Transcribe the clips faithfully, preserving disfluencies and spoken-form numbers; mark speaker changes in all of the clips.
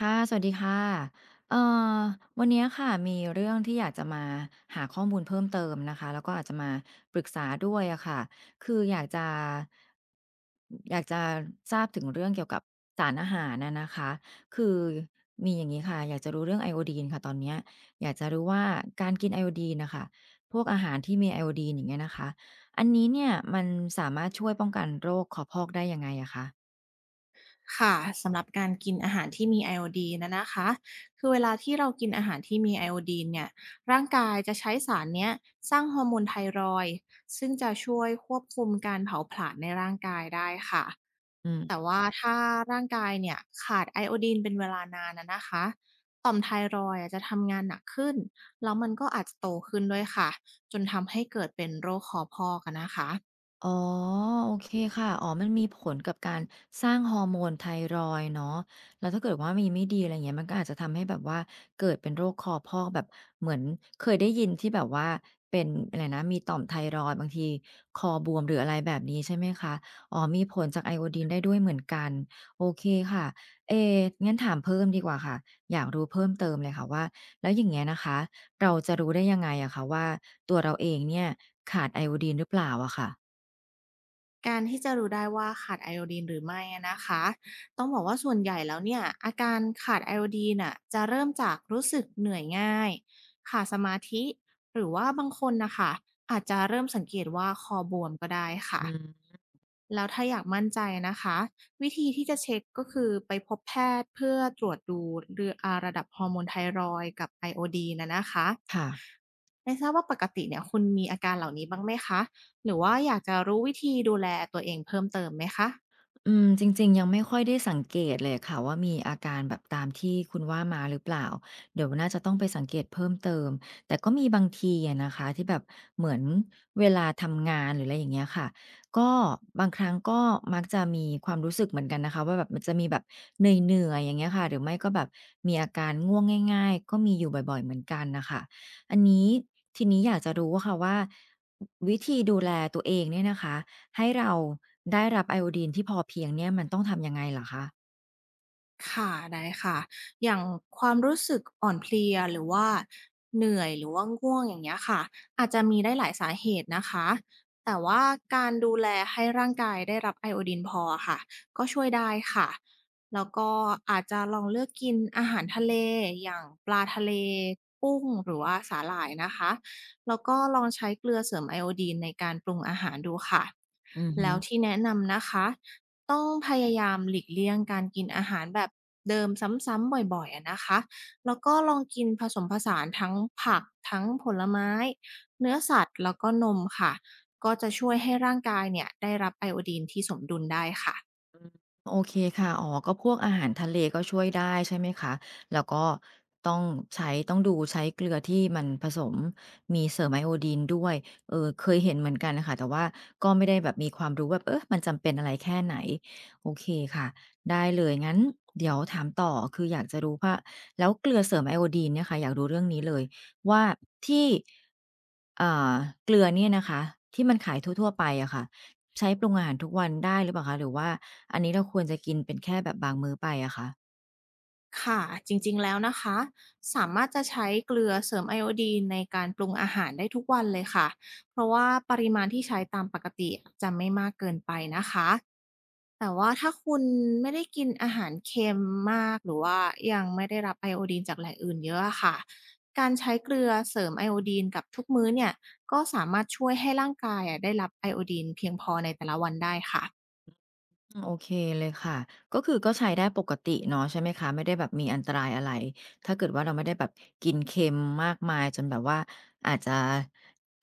Speaker 1: ค่ะสวัสดีค่ะเอ่อวันเนี้ยค่ะมีเรื่องที่อยากจะมาหาข้อมูลเพิ่มเติมนะคะแล้วก็อาจจะมาปรึกษาด้วยอะค่ะคืออยากจะอยากจะทราบถึงเรื่องเกี่ยวกับสารอาหารน่ะนะคะคือมีอย่างงี้ค่ะอยากจะรู้เรื่องไอโอดีนค่ะตอนเนี้ยอยากจะรู้ว่าการกินไอโอดีนน่ะค่ะพวกอาหารที่มีไอโอดีนอย่างเงี้ยนะคะอันนี้เนี่ยมันสามารถช่วยป้องกันโรคคอพอกได้ยังไงอะคะ
Speaker 2: ค่ะสำหรับการกินอาหารที่มีไอโอดีนนะนะคะคือเวลาที่เรากินอาหารที่มีไอโอดีนเนี่ยร่างกายจะใช้สารเนี้ยสร้างฮอร์โมนไทรอยด์ซึ่งจะช่วยควบคุมการเผาผลาญในร่างกายได้ค่ะ
Speaker 1: อืม
Speaker 2: แต่ว่าถ้าร่างกายเนี่ยขาดไอโอดีนเป็นเวลานานนะนะคะต่อมไทรอยด์อาจจะทำงานหนักขึ้นแล้วมันก็อาจจะโตขึ้นด้วยค่ะจนทำให้เกิดเป็นโรคคอพอกอะนะคะ
Speaker 1: อ๋อโอเคค่ะอ๋อมันมีผลกับการสร้างฮอร์โมนไทรอยด์เนาะแล้วถ้าเกิดว่ามีไม่ดีอะไรเงี้ยมันก็อาจจะทำให้แบบว่าเกิดเป็นโรคคอพอกแบบเหมือนเคยได้ยินที่แบบว่าเป็นอะไรนะมีต่อมไทรอยด์บางทีคอบวมหรืออะไรแบบนี้ใช่ไหมคะอ๋อมีผลจากไอโอดีนได้ด้วยเหมือนกันโอเคค่ะเองั้นถามเพิ่มดีกว่าค่ะอยากรู้เพิ่มเติมเลยค่ะว่าแล้วอย่างเงี้ยนะคะเราจะรู้ได้ยังไงอะคะว่าตัวเราเองเนี่ยขาดไอโอดีนหรือเปล่าอะค่ะ
Speaker 2: การที่จะรู้ได้ว่าขาดไอโอดีนหรือไม่อะนะคะ ต้องบอกว่าส่วนใหญ่แล้วเนี่ยอาการขาดไอโอดีนน่ะจะเริ่มจากรู้สึกเหนื่อยง่ายขาดสมาธิหรือว่าบางคนนะคะอาจจะเริ่มสังเกตว่าคอบวมก็ได้
Speaker 1: อื
Speaker 2: ค่ะ
Speaker 1: ม
Speaker 2: แล้วถ้าอยากมั่นใจนะคะวิธีที่จะเช็คก็คือไปพบแพทย์เพื่อตรวจดูเรืออาระดับฮอร์โมนไทรอยด์กับไอโอดีนนะนะคะ
Speaker 1: ค่ะ
Speaker 2: ไม่ทราบว่าปกติเนี่ยคุณมีอาการเหล่านี้บ้างไหมคะหรือว่าอยากจะรู้วิธีดูแลตัวเองเพิ่มเติมไหมคะ
Speaker 1: อืมจริงๆ ยังไม่ค่อยได้สังเกตเลยค่ะว่ามีอาการแบบตามที่คุณว่ามาหรือเปล่า เดี๋ยวน่าจะต้องไปสังเกตเพิ่มเติมแต่ก็มีบางทีอะนะคะที่แบบเหมือนเวลาทำงานหรืออะไรอย่างเงี้ยค่ะก็บางครั้งก็มักจะมีความรู้สึกเหมือนกันนะคะว่าแบบมันจะมีแบบเหนื่อยๆอย่างเงี้ยค่ะหรือไม่ก็แบบมีอาการง่วงง่ายๆก็มีอยู่บ่อยๆ เหมือนกันน่ะค่ะอันนี้ทีนี้อยากจะรู้อะค่ะว่าวิธีดูแลตัวเองเนี่ยนะคะ ให้เราได้รับไอโอดีนที่พอเพียงเนี่ยมันต้องทำยังไงเหรอคะ
Speaker 2: ค่ะได้ค่ะอย่างความรู้สึกอ่อนเพลียหรือว่าเหนื่อยหรือว่าง่วงอย่างเงี้ยค่ะอาจจะมีได้หลายสาเหตุนะคะแต่ว่าการดูแลให้ร่างกายได้รับไอโอดีนพออะค่ะก็ช่วยได้ค่ะแล้วก็อาจจะลองเลือกกินอาหารทะเลอย่างปลาทะเลกุ้งหรือว่าสาหร่ายนะคะแล้วก็ลองใช้เกลือเสริมไอโอดีนในการปรุงอาหารดูค่ะ
Speaker 1: อือฮึ
Speaker 2: แล้วที่แนะนำนะคะ ต้องพยายามหลีกเลี่ยงการกินอาหารแบบเดิมซ้ำๆบ่อยๆอะนะคะ แล้วก็ลองกินผสมผสานทั้งผักทั้งผลไม้เนื้อสัตว์แล้วก็นมค่ะ ก็จะช่วยให้ร่างกายเนี่ยได้รับไอโอดีนที่สมดุลได้ค่ะ
Speaker 1: โอเคค่ะอ๋อก็พวกอาหารทะเลก็ช่วยได้ใช่ไหมคะแล้วก็ต้องใช้ต้องดูใช้เกลือที่มันผสมมีเสริมไอโอดีนด้วยเออเคยเห็นเหมือนกันน่ะค่ะแต่ว่าก็ไม่ได้แบบมีความรู้แบบเออมันจำเป็นอะไรแค่ไหนโอเคค่ะได้เลยงั้นเดี๋ยวถามต่อคืออยากจะรู้ว่าแล้วเกลือเสริมไอโอดีนเนี่ยค่ะอยากรู้เรื่องนี้เลยว่าที่อ่าเกลือเนี่ยนะคะที่มันขายทั่วๆไปอะค่ะใช้ปรุงอาหารทุกวันได้หรือเปล่าคะหรือว่า อันนี้เราควรจะกินเป็นแค่แบบบางมื้อไปอะคะ
Speaker 2: ค่ะจริงๆแล้วนะคะสามารถจะใช้เกลือเสริมไอโอดีนในการปรุงอาหารได้ทุกวันเลยค่ะ เพราะว่าปริมาณที่ใช้ตามปกติจะไม่มากเกินไปนะคะ แต่ว่าถ้าคุณไม่ได้กินอาหารเค็มมากหรือว่ายังไม่ได้รับไอโอดีนจากแหล่งอื่นเยอะอะค่ะการใช้เกลือเสริมไอโอดีนกับทุกมื้อเนี่ยก็สามารถช่วยให้ร่างกายอะได้รับไอโอดีนเพียงพอในแต่ละวันได้ค่ะ
Speaker 1: อืมโอเคเลยค่ะก็คือก็ใช้ได้ปกติเนาะใช่ไหมคะไม่ได้แบบมีอันตรายอะไรถ้าเกิดว่าเราไม่ได้แบบกินเค็มมากมายจนแบบว่าอาจจะ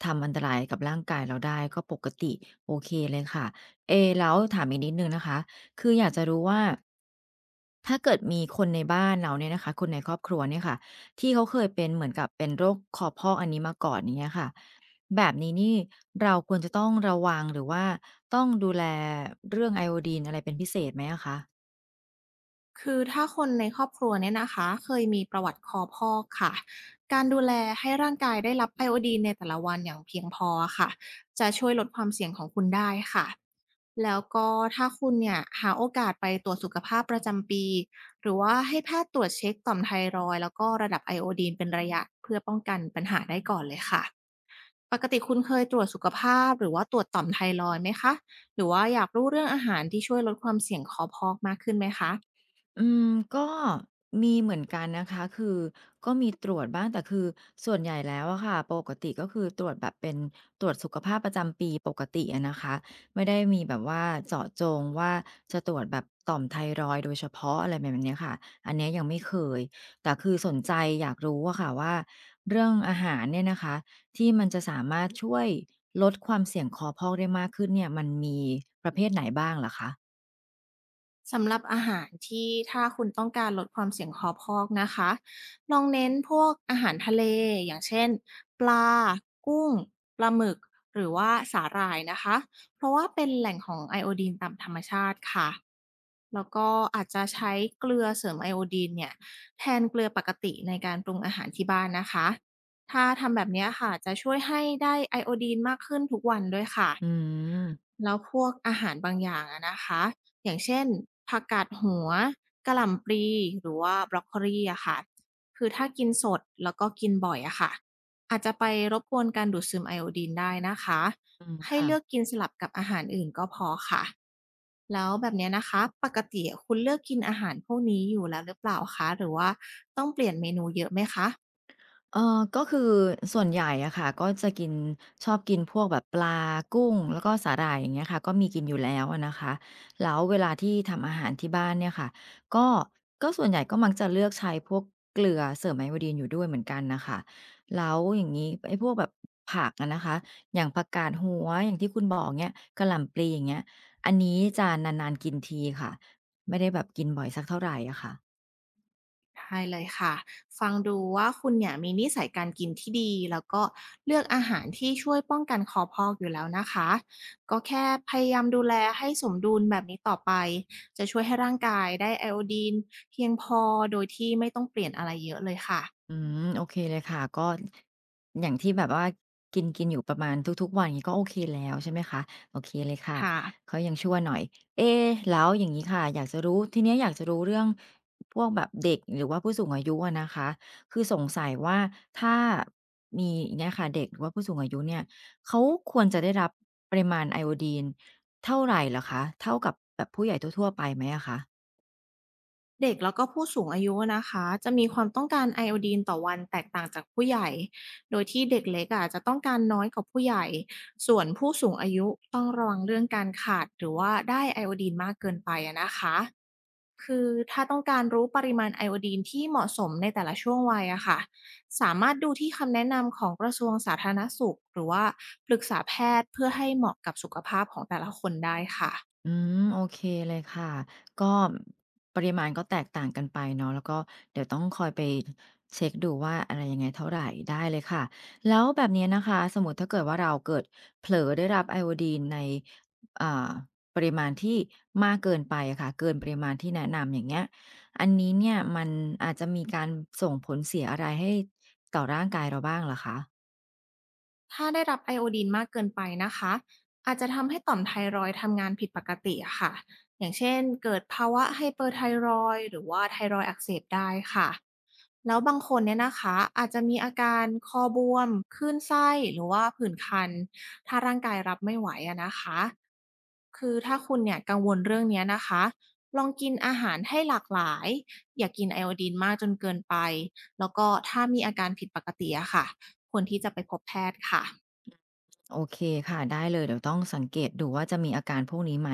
Speaker 1: ทำอันตรายกับร่างกายเราได้ก็ปกติโอเคเลยค่ะเอแล้วถามอีกนิดหนึ่งนะคะคืออยากจะรู้ว่าถ้าเกิดมีคนในบ้านเราเนี่ยนะคะคนในครอบครัวเนี่ยค่ะที่เขาเคยเป็นเหมือนกับเป็นโรคคอพอกอันนี้มาก่อนอย่างเงี้ยค่ะ แบบนี้นี่เราควรจะต้องระวังหรือว่าต้องดูแลเรื่องไอโอดีนอะไรเป็นพิเศษไหมอะคะ
Speaker 2: คือถ้าคนในครอบครัวเนี่ยนะคะเคยมีประวัติคอพอกค่ะ การดูแลให้ร่างกายได้รับไอโอดีนในแต่ละวันอย่างเพียงพอค่ะจะช่วยลดความเสี่ยงของคุณได้ค่ะแล้วก็ถ้าคุณเนี่ยหาโอกาสไปตรวจสุขภาพประจำปีหรือว่าให้แพทย์ตรวจเช็คต่อมไทรอยด์แล้วก็ระดับไอโอดีนเป็นระยะเพื่อป้องกันปัญหาได้ก่อนเลยค่ะปกติคุณเคยตรวจสุขภาพหรือว่าตรวจต่อมไทรอยด์ไหมคะหรือว่าอยากรู้เรื่องอาหารที่ช่วยลดความเสี่ยงคอพอกมากขึ้นไหมคะ
Speaker 1: อืมก็มีเหมือนกันนะคะคือก็มีตรวจบ้างแต่คือส่วนใหญ่แล้วอะค่ะปกติก็คือตรวจแบบเป็นตรวจสุขภาพประจำปีปกติอะนะคะไม่ได้มีแบบว่าเจาะจงว่าจะตรวจแบบต่อมไทรอยด์โดยเฉพาะอะไรแบบเนี้ยค่ะอันเนี้ยยังไม่เคยแต่คือสนใจอยากรู้อะค่ะว่าเรื่องอาหารเนี่ยนะคะที่มันจะสามารถช่วยลดความเสี่ยงคอพอกได้มากขึ้นเนี่ยมันมีประเภทไหนบ้างเหรอคะ
Speaker 2: สำหรับอาหารที่ถ้าคุณต้องการลดความเสี่ยงคอพอกนะคะลองเน้นพวกอาหารทะเลอย่างเช่นปลากุ้งปลาหมึกหรือว่าสาหร่ายนะคะเพราะว่าเป็นแหล่งของไอโอดีนตามธรรมชาติค่ะแล้วก็อาจจะใช้เกลือเสริมไอโอดีนเนี่ยแทนเกลือปกติในการปรุงอาหารที่บ้านนะคะถ้าทำแบบเนี้ยค่ะจะช่วยให้ได้ไอโอดีนมากขึ้นทุกวันด้วยค่ะ
Speaker 1: อืม
Speaker 2: แล้วพวกอาหารบางอย่างอะนะคะอย่างเช่นผักกาดหัวกะหล่ำปลีหรือว่าบรอกโคลีอะค่ะคือถ้ากินสดแล้วก็กินบ่อยอะค่ะอาจจะไปรบกวนการดูดซึมไอโอดีนได้นะคะ
Speaker 1: อืม
Speaker 2: ให้
Speaker 1: ค่ะ
Speaker 2: เลือกกินสลับกับอาหารอื่นก็พอค่ะแล้วแบบเนี้ยนะคะปกติคุณเลือกกินอาหารพวกนี้อยู่แล้วหรือเปล่าคะหรือว่าต้องเปลี่ยนเมนูเยอะไหมคะ
Speaker 1: เออก็คือส่วนใหญ่อะค่ะก็จะกินชอบกินพวกแบบปลากุ้งแล้วก็สาหร่ายอย่างเงี้ยค่ะก็มีกินอยู่แล้วอะนะคะแล้วเวลาที่ทำอาหารที่บ้านเนี่ยค่ะก็ก็ส่วนใหญ่ก็มักจะเลือกใช้พวกเกลือเสริมไอโอดีนอยู่ด้วยเหมือนกันน่ะค่ะแล้วอย่างงี้ไอ้พวกแบบผักอะนะคะอย่างผักกาดหัวอย่างที่คุณบอกเนี่ยกะหล่ำปลีอย่างเงี้ยอันนี้จะนานๆกินทีค่ะไม่ได้แบบกินบ่อยสักเท่าไรอะค่ะ
Speaker 2: ใช่เลยค่ะฟังดูว่าคุณเนี่ยมีนิสัยการกินที่ดีแล้วก็เลือกอาหารที่ช่วยป้องกันคอพอกอยู่แล้วนะคะก็แค่พยายามดูแลให้สมดุลแบบนี้ต่อไปจะช่วยให้ร่างกายได้ไอโอดีนเพียงพอโดยที่ไม่ต้องเปลี่ยนอะไรเยอะเลยค่ะ
Speaker 1: อืมโอเคเลยค่ะก็อย่างที่แบบว่ากินกินอยู่ประมาณทุกๆวันอย่างนี้ก็โอเคแล้วใช่ไหมคะโอเคเลยค่ะ
Speaker 2: ค่ะ
Speaker 1: เขายังชั่วหน่อยเอ๊ะแล้วอย่างนี้ค่ะอยากจะรู้ทีเนี้ยอยากจะรู้เรื่องพวกแบบเด็กหรือว่าผู้สูงอายุอะนะคะคือสงสัยว่าถ้ามีอย่างเนี้ยค่ะเด็กหรือว่าผู้สูงอายุเนี่ยเขาควรจะได้รับปริมาณไอโอดีนเท่าไหรเหรอคะเท่ากับแบบผู้ใหญ่ทั่วๆไปไหมอะคะ
Speaker 2: เด็กแล้วก็ผู้สูงอายุนะคะจะมีความต้องการไอโอดีนต่อวันแตกต่างจากผู้ใหญ่โดยที่เด็กเล็กอ่ะจะต้องการน้อยกว่าผู้ใหญ่ ส่วนผู้สูงอายุต้องระวังเรื่องการขาดหรือว่าได้ไอโอดีนมากเกินไปอะนะคะคือถ้าต้องการรู้ปริมาณไอโอดีนที่เหมาะสมในแต่ละช่วงวัยอะค่ะสามารถดูที่คำแนะนำของกระทรวงสาธารณสุขหรือว่าปรึกษาแพทย์เพื่อให้เหมาะกับสุขภาพของแต่ละคนได้ค่ะ
Speaker 1: อืมโอเคเลยค่ะก็ปริมาณก็แตกต่างกันไปเนาะแล้วก็เดี๋ยวต้องคอยไปเช็คดูว่าอะไรยังไงเท่าไหรได้เลยค่ะแล้วแบบนี้นะคะสมมุติถ้าเกิดว่าเราเกิดเผลอได้รับไอโอดีนในอ่าปริมาณที่มากเกินไปอะค่ะเกินปริมาณที่แนะนำอย่างเงี้ยอันนี้เนี่ยมันอาจจะมีการส่งผลเสียอะไรให้ต่อร่างกายเราบ้างเหรอคะ
Speaker 2: ถ้าได้รับไอโอดีนมากเกินไปนะคะอาจจะทำให้ต่อมไทรอยด์ทำงานผิดปกติอะค่ะอย่างเช่นเกิดภาวะไฮเปอร์ไทรอยด์หรือว่าไทรอยด์อักเสบได้ค่ะแล้วบางคนเนี่ยนะคะอาจจะมีอาการคอบวมคลื่นไส้หรือว่าผื่นคันถ้าร่างกายรับไม่ไหวอะนะคะคือถ้าคุณเนี่ยกังวลเรื่องเนี้ยนะคะลองกินอาหารให้หลากหลายอย่ากินไอโอดีนมากจนเกินไปแล้วก็ถ้ามีอาการผิดปกติอะค่ะควรที่จะไปพบแพทย์ค่ะ
Speaker 1: โอเคค่ะได้เลยเดี๋ยวต้องสังเกตดูว่าจะมีอาการพวกนี้ไหม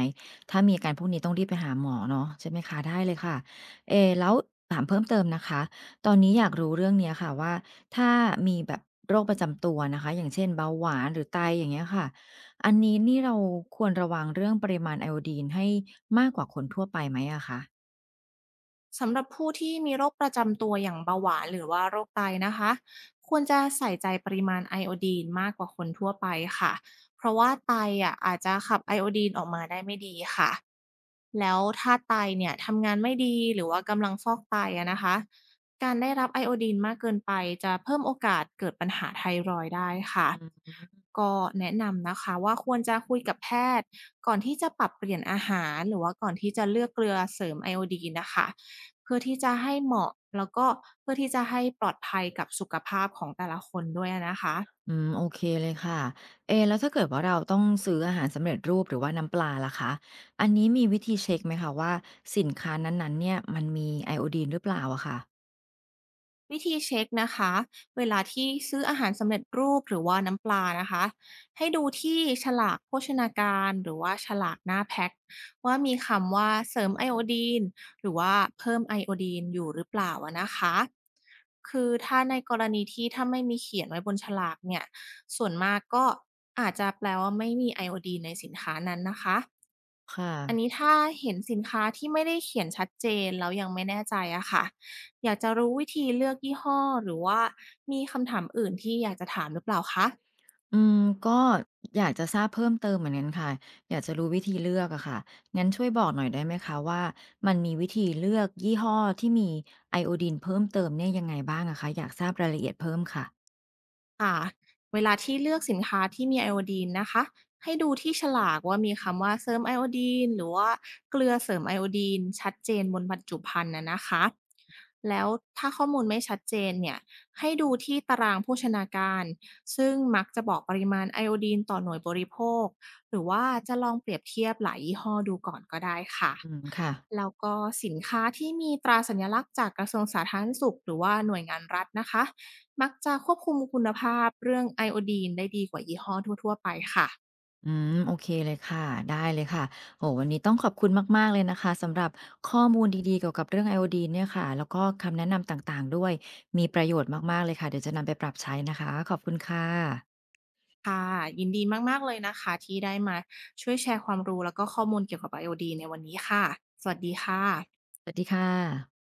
Speaker 1: ถ้ามีอาการพวกนี้ต้องรีบไปหาหมอเนาะใช่ไหมคะได้เลยค่ะเอแล้วถามเพิ่มเติมนะคะตอนนี้อยากรู้เรื่องเนี้ยค่ะว่าถ้ามีแบบโรคประจำตัวนะคะอย่างเช่นเบาหวานหรือไตอย่างเงี้ยค่ะอันนี้นี่เราควรระวังเรื่องปริมาณไอโอดีนให้มากกว่าคนทั่วไปไหมอะคะ
Speaker 2: สำหรับผู้ที่มีโรคประจำตัวอย่างเบาหวานหรือว่าโรคไตนะคะควรจะใส่ใจปริมาณไอโอดีนมากกว่าคนทั่วไปค่ะเพราะว่าไตอ่ะอาจจะขับไอโอดีนออกมาได้ไม่ดีค่ะแล้วถ้าไตเนี่ยทำงานไม่ดีหรือว่ากำลังฟอกไตอะนะคะการได้รับไอโอดีนมากเกินไปจะเพิ่มโอกาสเกิดปัญหาไทรอยด์ได้ค่ะก็แนะนำนะคะว่าควรจะคุยกับแพทย์ก่อนที่จะปรับเปลี่ยนอาหารหรือว่าก่อนที่จะเลือกเกลือเสริมไอโอดีนนะคะ เพื่อที่จะให้เหมาะแล้วก็เพื่อที่จะให้ปลอดภัยกับสุขภาพของแต่ละคนด้วยอะนะคะ
Speaker 1: อืมโอเคเลยค่ะเอะแล้วถ้าเกิดว่าเราต้องซื้ออาหารสำเร็จรูปหรือว่าน้ำปลาล่ะคะอันนี้มีวิธีเช็กไหมคะว่าสินค้านั้นๆเนี่ยมันมีไอโอดีนหรือเปล่าอะค่ะ
Speaker 2: วิธีเช็คนะคะเวลาที่ซื้ออาหารสำเร็จรูปหรือว่าน้ำปลานะคะให้ดูที่ฉลากโภชนาการหรือว่าฉลากหน้าแพ็คว่ามีคำว่าเสริมไอโอดีนหรือว่าเพิ่มไอโอดีนอยู่หรือเปล่าอะนะคะคือถ้าในกรณีที่ถ้าไม่มีเขียนไว้บนฉลากเนี่ยส่วนมากก็อาจจะแปลว่าไม่มีไอโอดีนในสินค้านั้นนะคะ
Speaker 1: ค่ะ
Speaker 2: อันนี้ถ้าเห็นสินค้าที่ไม่ได้เขียนชัดเจนแล้วยังไม่แน่ใจอะค่ะอยากจะรู้วิธีเลือกยี่ห้อหรือว่ามีคำถามอื่นที่อยากจะถามหรือเปล่าคะ
Speaker 1: อืมก็อยากจะทราบเพิ่มเติมเหมือนกันค่ะอยากจะรู้วิธีเลือกอะค่ะงั้นช่วยบอกหน่อยได้ไหมคะว่ามันมีวิธีเลือกยี่ห้อที่มีไอโอดีนเพิ่มเติมเนี่ยยังไงบ้างอะคะอยากทราบรายละเอียดเพิ่มค่ะ
Speaker 2: ค่ะเวลาที่เลือกสินค้าที่มีไอโอดีนนะคะให้ดูที่ฉลากว่ามีคำว่าเสริมไอโอดีนหรือว่าเกลือเสริมไอโอดีนชัดเจนบนบรรจุภัณฑ์นะนะคะแล้วถ้าข้อมูลไม่ชัดเจนเนี่ยให้ดูที่ตารางโภชนาการซึ่งมักจะบอกปริมาณไอโอดีนต่อหน่วยบริโภคหรือว่าจะลองเปรียบเทียบหลายยี่ห้อดูก่อนก็ได้ค่ะ
Speaker 1: อืมค่ะ
Speaker 2: แล้วก็สินค้าที่มีตราสัญลักษณ์จากกระทรวงสาธารณสุขหรือว่าหน่วยงานรัฐนะคะ มักจะควบคุมคุณภาพเรื่องไอโอดีนได้ดีกว่ายี่ห้อทั่วๆไปค่ะ
Speaker 1: อืมโอเคเลยค่ะได้เลยค่ะโหวันนี้ต้องขอบคุณมากๆเลยนะคะสำหรับข้อมูลดีๆเกี่ยวกับเรื่องไอโอดีเนี่ยค่ะแล้วก็คำแนะนำต่างๆด้วยมีประโยชน์มากๆเลยค่ะเดี๋ยวจะนำไปปรับใช้นะคะขอบคุณค่ะ
Speaker 2: ค่ะ ยินดีมากๆเลยนะคะที่ได้มาช่วยแชร์ความรู้แล้วก็ข้อมูลเกี่ยวกับไอโอดีนในวันนี้ค่ะ สวัสดีค่ะ
Speaker 1: สวัสดีค่ะ